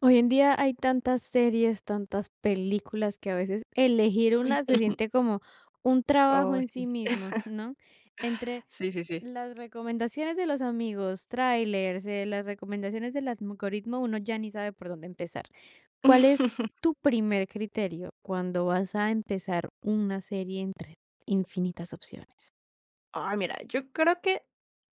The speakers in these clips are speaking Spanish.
Hoy en día hay tantas series, tantas películas que a veces elegir una se siente como un trabajo Oh, en sí. sí mismo, ¿no? Entre Sí, sí, sí. las recomendaciones de los amigos, trailers, las recomendaciones del algoritmo, uno ya ni sabe por dónde empezar. ¿Cuál es tu primer criterio cuando vas a empezar una serie entre infinitas opciones? Ay, mira, yo creo que,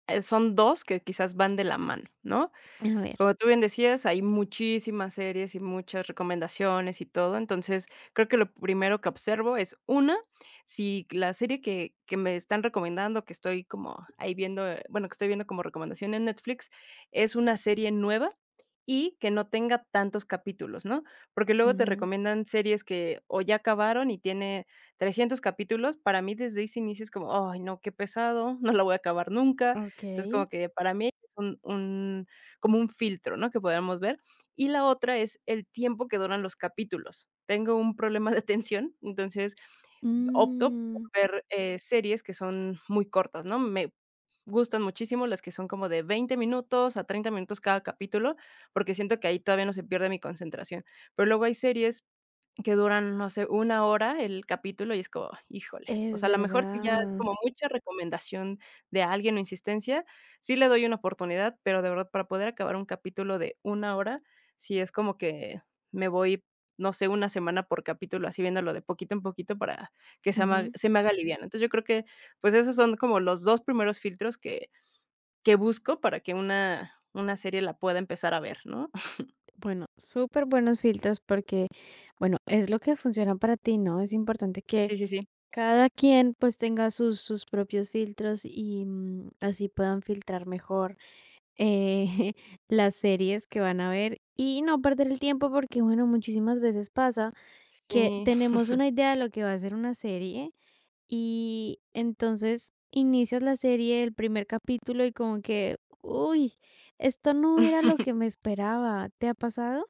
son 2 que quizás van de la mano, ¿no? A ver. Como tú bien decías, hay muchísimas series y muchas recomendaciones y todo. Entonces, creo que lo primero que observo es, una, si la serie que me están recomendando, que estoy como ahí viendo, bueno, que estoy viendo como recomendación en Netflix, es una serie nueva y que no tenga tantos capítulos, ¿no? Porque luego te Ujú. recomiendan series que o ya acabaron y tiene 300 capítulos. Para mí desde ese inicio es como, ay, no, qué pesado, no la voy a acabar nunca. Ok. Entonces, como que para mí es un como un filtro, ¿no? Que podamos ver. Y la otra es el tiempo que duran los capítulos. Tengo un problema de atención, entonces opto por Mm, ver, series que son muy cortas, ¿no? Me gustan muchísimo las que son como de 20 minutos a 30 minutos cada capítulo, porque siento que ahí todavía no se pierde mi concentración. Pero luego hay series que duran, no sé, una hora el capítulo y es como, híjole, o es sea, a la mejor si ya es verdad. como mucha recomendación de alguien o insistencia, sí le doy una oportunidad, pero de verdad para poder acabar un capítulo de una hora, sí es como que me voy, no sé, una semana por capítulo, así viéndolo de poquito en poquito para que se ama se me haga liviano. Entonces, yo creo que, pues, esos son como los 2 primeros filtros que busco para que una serie la pueda empezar a ver, ¿no? Bueno, súper buenos filtros porque, bueno, es lo que funciona para ti, ¿no? Es importante que Sí, sí, sí. cada quien pues tenga sus propios filtros y así puedan filtrar mejor eh, las series que van a ver y no perder el tiempo porque, bueno, muchísimas veces pasa que Sí. tenemos una idea de lo que va a ser una serie y entonces inicias la serie, el primer capítulo y como que, uy, esto no era lo que me esperaba. ¿Te ha pasado?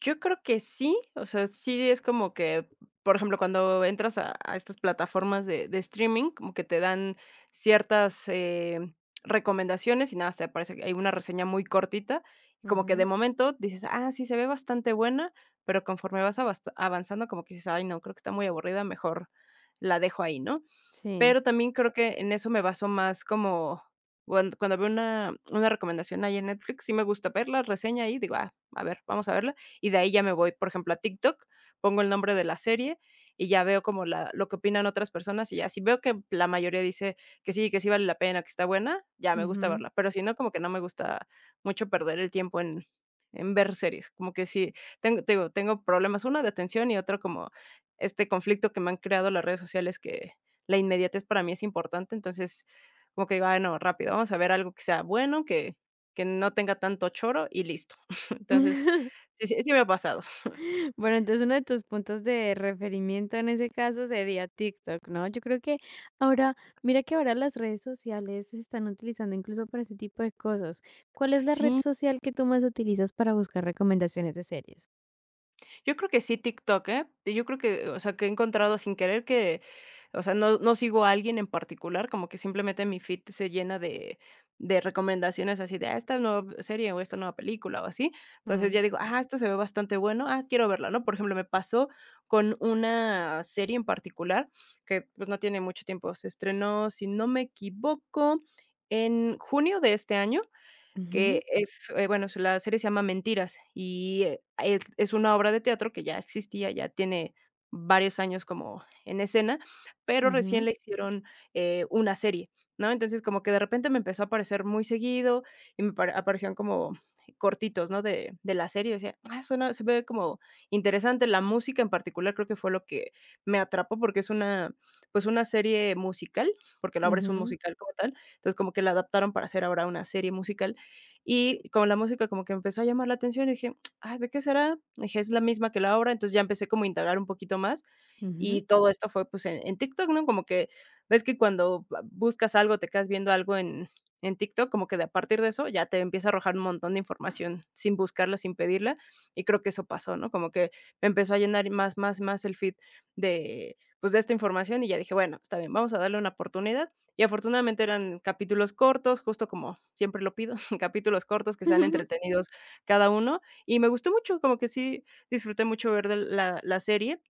Yo creo que sí, o sea, sí es como que, por ejemplo, cuando entras a estas plataformas de streaming, como que te dan ciertas, recomendaciones y nada te aparece que hay una reseña muy cortita, y como que de Ujú, momento dices: "Ah, sí, se ve bastante buena", pero conforme vas avas avanzando, como que dices: "Ay, no, creo que está muy aburrida, mejor la dejo ahí", ¿no? sí, Pero también creo que en eso me baso más como cuando veo una recomendación ahí en Netflix, sí me gusta verla, reseña ahí, digo: "Ah, a ver, vamos a verla", y de ahí ya me voy, por ejemplo, a TikTok, pongo el nombre de la serie y ya veo como la lo que opinan otras personas, y ya si veo que la mayoría dice que sí vale la pena, que está buena, ya me gusta ujú. verla, pero si no, como que no me gusta mucho perder el tiempo en ver series, como que sí, tengo te digo, tengo problemas, una de atención y otro como este conflicto que me han creado las redes sociales que la inmediatez para mí es importante, entonces, como que digo: "Ay, no, rápido, vamos a ver algo que sea bueno, que no tenga tanto choro y listo". Entonces, sí sí sí me ha pasado. Bueno, entonces uno de tus puntos de referimiento en ese caso sería TikTok, ¿no? Yo creo que ahora, mira que ahora las redes sociales se están utilizando incluso para ese tipo de cosas. ¿Cuál es la red Sí. social que tú más utilizas para buscar recomendaciones de series? Yo creo que sí TikTok, ¿eh? Yo creo que, o sea, que he encontrado sin querer que, o sea, no sigo a alguien en particular, como que simplemente mi feed se llena de recomendaciones así de, ah, esta nueva serie o esta nueva película o así. Entonces Mm, ya digo: "Ah, esto se ve bastante bueno, ah, quiero verla", ¿no? Por ejemplo, me pasó con una serie en particular que, pues, no tiene mucho tiempo. Se estrenó, si no me equivoco, en junio de este año ujú, que es, bueno, la serie se llama Mentiras y, es una obra de teatro que ya existía, ya tiene varios años como en escena, pero recién ujú, le hicieron, una serie, ¿no? Entonces, como que de repente me empezó a aparecer muy seguido y me pare aparecían como cortitos, ¿no?, de la serie, decía: "Ah, suena se ve como interesante". La música en particular creo que fue lo que me atrapó porque es pues, una serie musical, porque la obra es un ujú, musical como tal, entonces como que la adaptaron para hacer ahora una serie musical. Y con la música como que empezó a llamar la atención y dije: "Ah, ¿de qué será?". Dije: "Es la misma que la obra". Entonces ya empecé como a indagar un poquito más ujú. y todo esto fue, pues, en TikTok, ¿no? Como que ves que cuando ba buscas algo, te quedas viendo algo en TikTok, como que de a partir de eso ya te empieza a arrojar un montón de información sin buscarla, sin pedirla, y creo que eso pasó, ¿no? Como que me empezó a llenar más, más, más el feed pues, de esta información, y ya dije: "Bueno, está bien, vamos a darle una oportunidad". Y afortunadamente eran capítulos cortos, justo como siempre lo pido, capítulos cortos que sean entretenidos cada uno, y me gustó mucho, como que sí disfruté mucho ver de la serie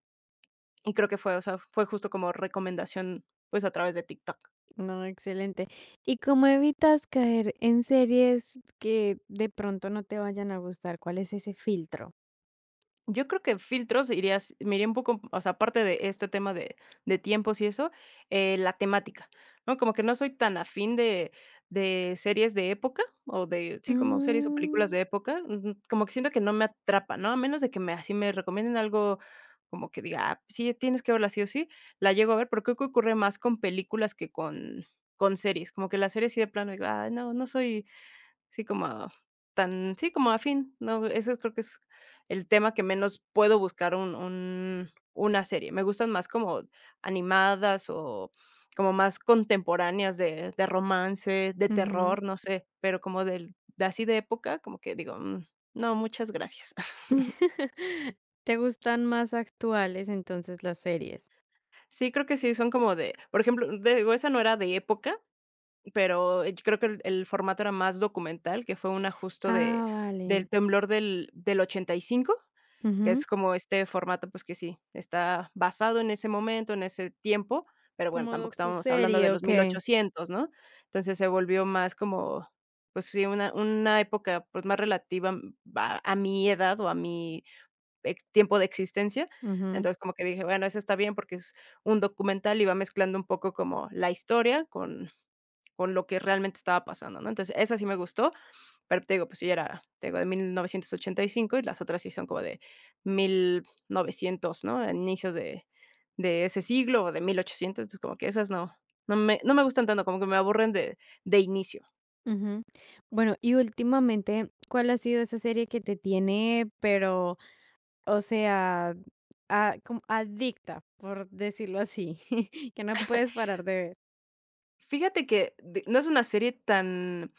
y creo que fue, o sea, fue justo como recomendación, pues, a través de TikTok. No, excelente. ¿Y cómo evitas caer en series que de pronto no te vayan a gustar? ¿Cuál es ese filtro? Yo creo que filtros irías me iría un poco, o sea, aparte de este tema de tiempos y eso, la temática, ¿no? Como que no soy tan afín de series de época o de sí, como series o películas Mm. de época, como que siento que no me atrapa, ¿no? A menos de que me así me recomienden algo como que diga: "Ah, sí, tienes que verla sí o sí", la llego a ver, pero creo que ocurre más con películas que con series, como que las series sí de plano digo: "Ay, no, no soy". Sí, como tan sí, como afín, ¿no? Ese creo que es el tema que menos puedo buscar un una serie. Me gustan más como animadas o como más contemporáneas de romance, de Ujú. terror, no sé, pero como del de así de época, como que digo: "Mm, no, muchas gracias". ¿Te gustan más actuales entonces las series? Sí, creo que sí, son como de por ejemplo, digo, esa no era de época. Pero yo creo que el formato era más documental, que fue un ajuste de Ah, vale. del temblor del 85, que Ujú. es como este formato, pues, que sí, está basado en ese momento, en ese tiempo, pero bueno, Como tampoco estábamos hablando de docuserie, los mil ok. ochocientos ¿no? Entonces se volvió más como, pues sí, una época, pues, más relativa, a mi edad o a mi ex tiempo de existencia. Ujú, Entonces, como que dije: "Bueno, eso está bien porque es un documental", y va mezclando un poco como la historia con lo que realmente estaba pasando, ¿no? Entonces, esa sí me gustó, pero te digo, pues yo ya era, te digo, de 1985 y las otras sí son como de 1900, ¿no? Inicios de ese siglo o de 1800, entonces como que esas no, no me gustan tanto, como que me aburren de inicio. ujú. Bueno, y últimamente, ¿cuál ha sido esa serie que te tiene, pero o sea, a como adicta, por decirlo así, que no puedes parar de ver. Fíjate que no es una serie tan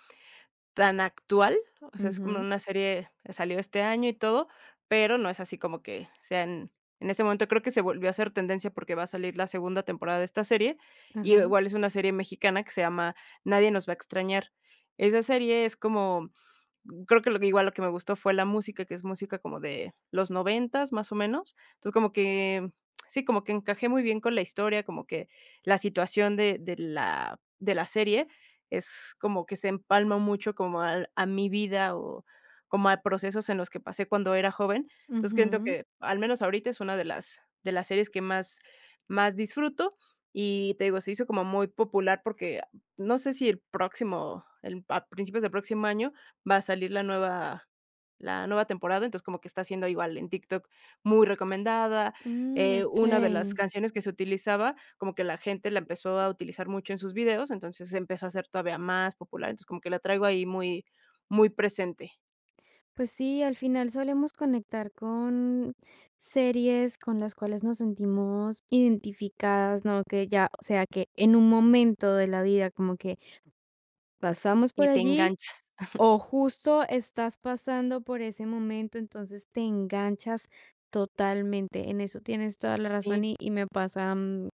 tan actual, o sea, es como Ujú, una serie que salió este año y todo, pero no es así como que sea en ese momento. Creo que se volvió a hacer tendencia porque va a salir la segunda temporada de esta serie, y ajá, igual es una serie mexicana que se llama Nadie nos va a extrañar. Esa serie es como. Creo que lo que igual lo que me gustó fue la música, que es música como de los noventas, más o menos. Entonces, como que, sí, como que encajé muy bien con la historia, como que la situación de la serie es como que se empalma mucho como al a mi vida o como a procesos en los que pasé cuando era joven. Entonces, siento ujú. que, al menos ahorita, es una de las series que más disfruto. Y te digo, se hizo como muy popular porque no sé si el próximo el a principios del próximo año va a salir la nueva temporada, entonces como que está siendo igual en TikTok muy recomendada. Mm, Una de las okey. canciones que se utilizaba, como que la gente la empezó a utilizar mucho en sus videos, entonces se empezó a ser todavía más popular, entonces como que la traigo ahí muy muy presente, Pues sí, al final solemos conectar con series con las cuales nos sentimos identificadas, ¿no? Que ya, o sea, que en un momento de la vida como que pasamos por te allí enganchas. o justo estás pasando por ese momento, entonces te enganchas totalmente. En eso tienes toda la razón Sí, y me pasa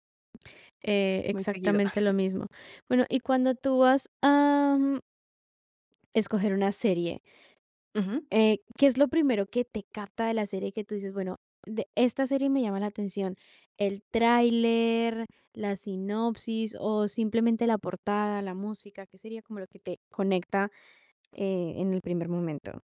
muy seguido. exactamente lo mismo. Bueno, y cuando tú vas a escoger una serie, ¿qué es lo primero que te capta de la serie que tú dices, bueno, de esta serie me llama la atención? ¿El tráiler, la sinopsis o simplemente la portada, la música? ¿Qué sería como lo que te conecta en el primer momento?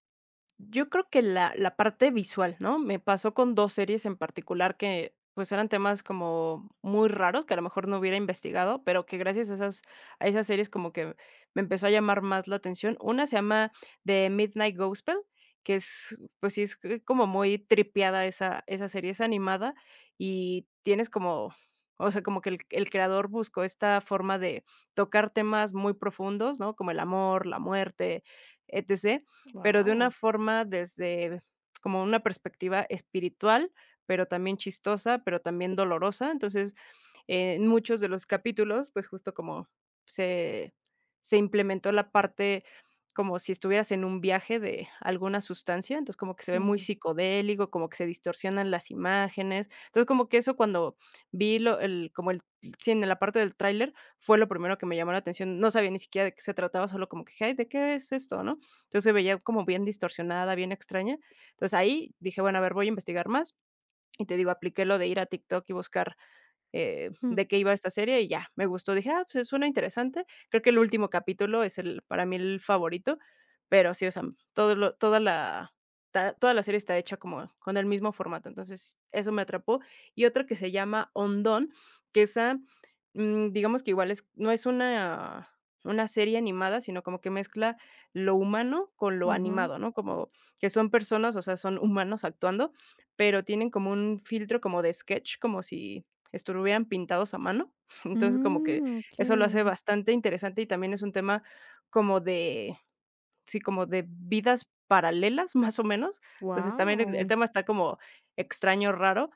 Yo creo que la parte visual, ¿no? Me pasó con 2 series en particular que, pues, eran temas como muy raros, que a lo mejor no hubiera investigado, pero que gracias a esas series como que me empezó a llamar más la atención. Una se llama The Midnight Gospel, que es, pues sí, es c como muy tripeada esa serie, es animada y tienes como, o sea, como que el creador buscó esta forma de tocar temas muy profundos, ¿no? Como el amor, la muerte, etc., pero de una Wow. forma desde como una perspectiva espiritual, pero también chistosa, pero también dolorosa. Entonces, en muchos de los capítulos, pues, justo como se se implementó la parte como si estuvieras en un viaje de alguna sustancia, entonces como que se ve muy Sí. psicodélico, como que se distorsionan las imágenes. Entonces, como que eso cuando vi lo el como el sí, en la parte del tráiler fue lo primero que me llamó la atención. No sabía ni siquiera de qué se trataba, solo como que: "Ay, ¿de qué es esto?", ¿no? Entonces, se veía como bien distorsionada, bien extraña. Entonces, ahí dije: "Bueno, a ver, voy a investigar más", y te digo, apliqué lo de ir a TikTok y buscar Mm, de qué iba esta serie y ya, me gustó. Dije: "Ah, pues, suena interesante". Creo que el último capítulo es el para mí el favorito, pero sí, o sea, todo lo toda la ta toda la serie está hecha como con el mismo formato, entonces eso me atrapó. Y otra que se llama Ondón, que esa, digamos que igual es no es una serie animada, sino como que mezcla lo humano con lo ujú. animado, ¿no? Como que son personas, o sea, son humanos actuando, pero tienen como un filtro como de sketch, como si estuvieran pintados a mano. Entonces, como que Mm, eso lo hace okey. bastante interesante y también es un tema como de, sí, como de vidas paralelas, más o menos. Entonces, también el Guau. tema está como extraño, raro,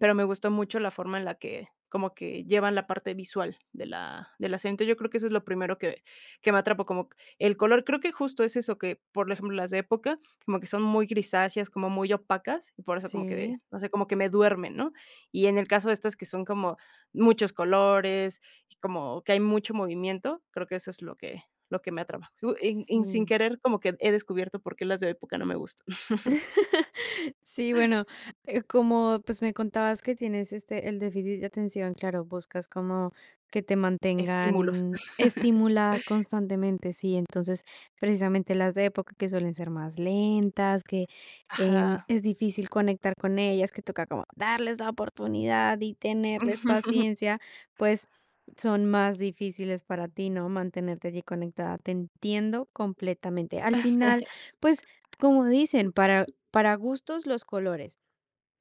pero me gustó mucho la forma en la que como que llevan la parte visual de la serie. Entonces, yo creo que eso es lo primero que me atrapó, como el color. Creo que justo es eso, que, por ejemplo, las de época, como que son muy grisáceas, como muy opacas, y por eso como que, Sí, no sé, como que me duermen, ¿no? Y en el caso de estas que son como muchos colores, y como que hay mucho movimiento, creo que eso es lo que me atrapa. Ju en Sin sí. querer, como que he descubierto por qué las de época no me gustan. Sí, bueno, como pues me contabas que tienes este el déficit de atención, claro, buscas como que te Estímulos. mantengan estimulada constantemente, sí, entonces precisamente las de época que suelen ser más lentas, que Ajá. es difícil conectar con ellas, que toca como darles la oportunidad y tenerles paciencia, pues son más difíciles para ti, ¿no? Mantenerte allí conectada. Te entiendo completamente. Al final, pues como dicen, para gustos, los colores.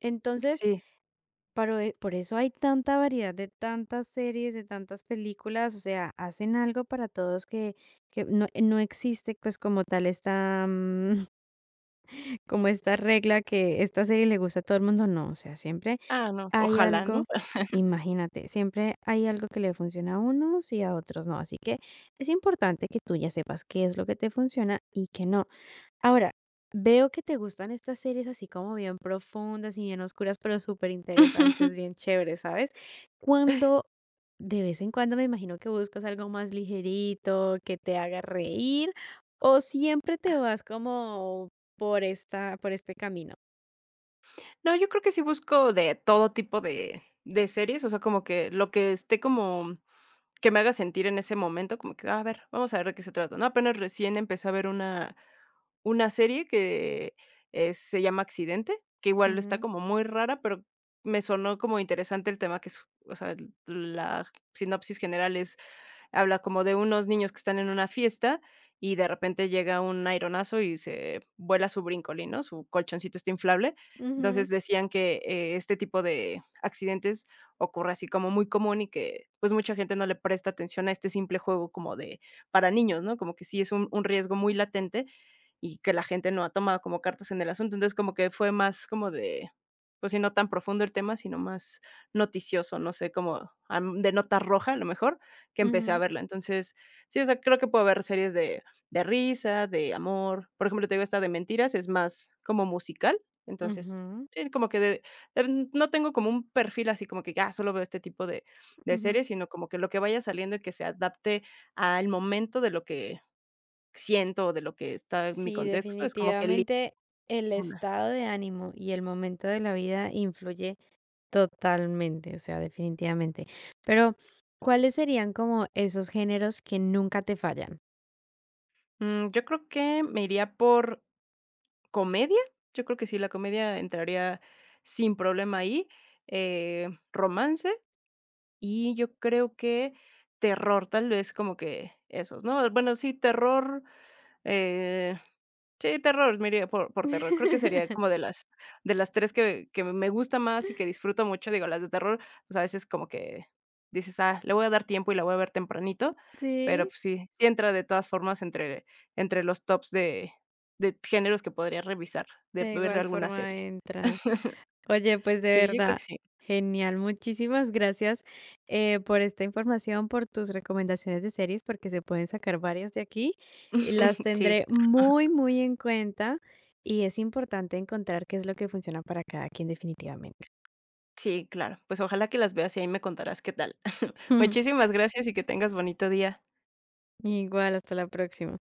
Entonces, Sí. paro por eso hay tanta variedad de tantas series, de tantas películas, o sea, hacen algo para todos que no no existe, pues, como tal esta, como esta regla que esta serie le gusta a todo el mundo, no, o sea, siempre Ah, no, hay ojalá, ¿no? algo, imagínate, siempre hay algo que le funciona a unos y a otros no, así que es importante que tú ya sepas qué es lo que te funciona y qué no. Ahora, veo que te gustan estas series así como bien profundas y bien oscuras, pero súper interesantes, bien chéveres, ¿sabes? Cuando de vez en cuando me imagino que buscas algo más ligerito, que te haga reír, o siempre te vas como por esta, por este camino. No, yo creo que sí busco de todo tipo de series, o sea, como que lo que esté como que me haga sentir en ese momento, como que: "Ah, a ver, vamos a ver de qué se trata", ¿no? Apenas recién empecé a ver una serie que, se llama Accidente, que igual está Ujú, como muy rara, pero me sonó como interesante el tema que es, o sea, la sinopsis general es habla como de unos niños que están en una fiesta y de repente llega un aironazo y se vuela su brincolín, ¿no? Su colchoncito este inflable. ujú, Entonces decían que, este tipo de accidentes ocurre así como muy común y que, pues, mucha gente no le presta atención a este simple juego como de para niños, ¿no? Como que sí es un riesgo muy latente y que la gente no ha tomado como cartas en el asunto. Entonces, como que fue más como de, pues sí, no tan profundo el tema, sino más noticioso, no sé, como, de nota roja, a lo mejor, que empecé a ujú, verla. Entonces, sí, o sea, creo que puedo ver series de risa, de amor. Por ejemplo, te digo, esta de Mentiras es más como musical, entonces, ujú, sí, como que de no tengo como un perfil así como que, ya solo veo este tipo de ujú. series, sino como que lo que vaya saliendo y que se adapte al momento de lo que siento o de lo que está en mi Sí, contexto, es como que elijo definitivamente el una. estado de ánimo y el momento de la vida influye totalmente, o sea, definitivamente. Pero, ¿cuáles serían como esos géneros que nunca te fallan? Mm, yo creo que me iría por comedia. Yo creo que sí, la comedia entraría sin problema ahí, romance. Y yo creo que terror, tal vez como que esos, ¿no? Bueno, eh, sí, terror, me iría por terror. Creo que sería como de las 3 que me gusta más y que disfruto mucho. Digo, las de terror, pues, a veces como que dices: "Ah, le voy a dar tiempo y la voy a ver tempranito", pero, Sí, pues, sí, sí entra de todas formas entre los tops de géneros que podría revisar, de de ver igual alguna forma serie. entra. Oye, pues de Sí, yo creo verdad, que sí. genial. Muchísimas gracias por esta información, por tus recomendaciones de series, porque se pueden sacar varias de aquí y las Sí, tendré ajá. muy, muy en cuenta. Y es importante encontrar qué es lo que funciona para cada quien definitivamente. Sí, claro. Pues, ojalá que las veas y ahí me contarás qué tal. Muchísimas gracias y que tengas bonito día. Igual, hasta la próxima.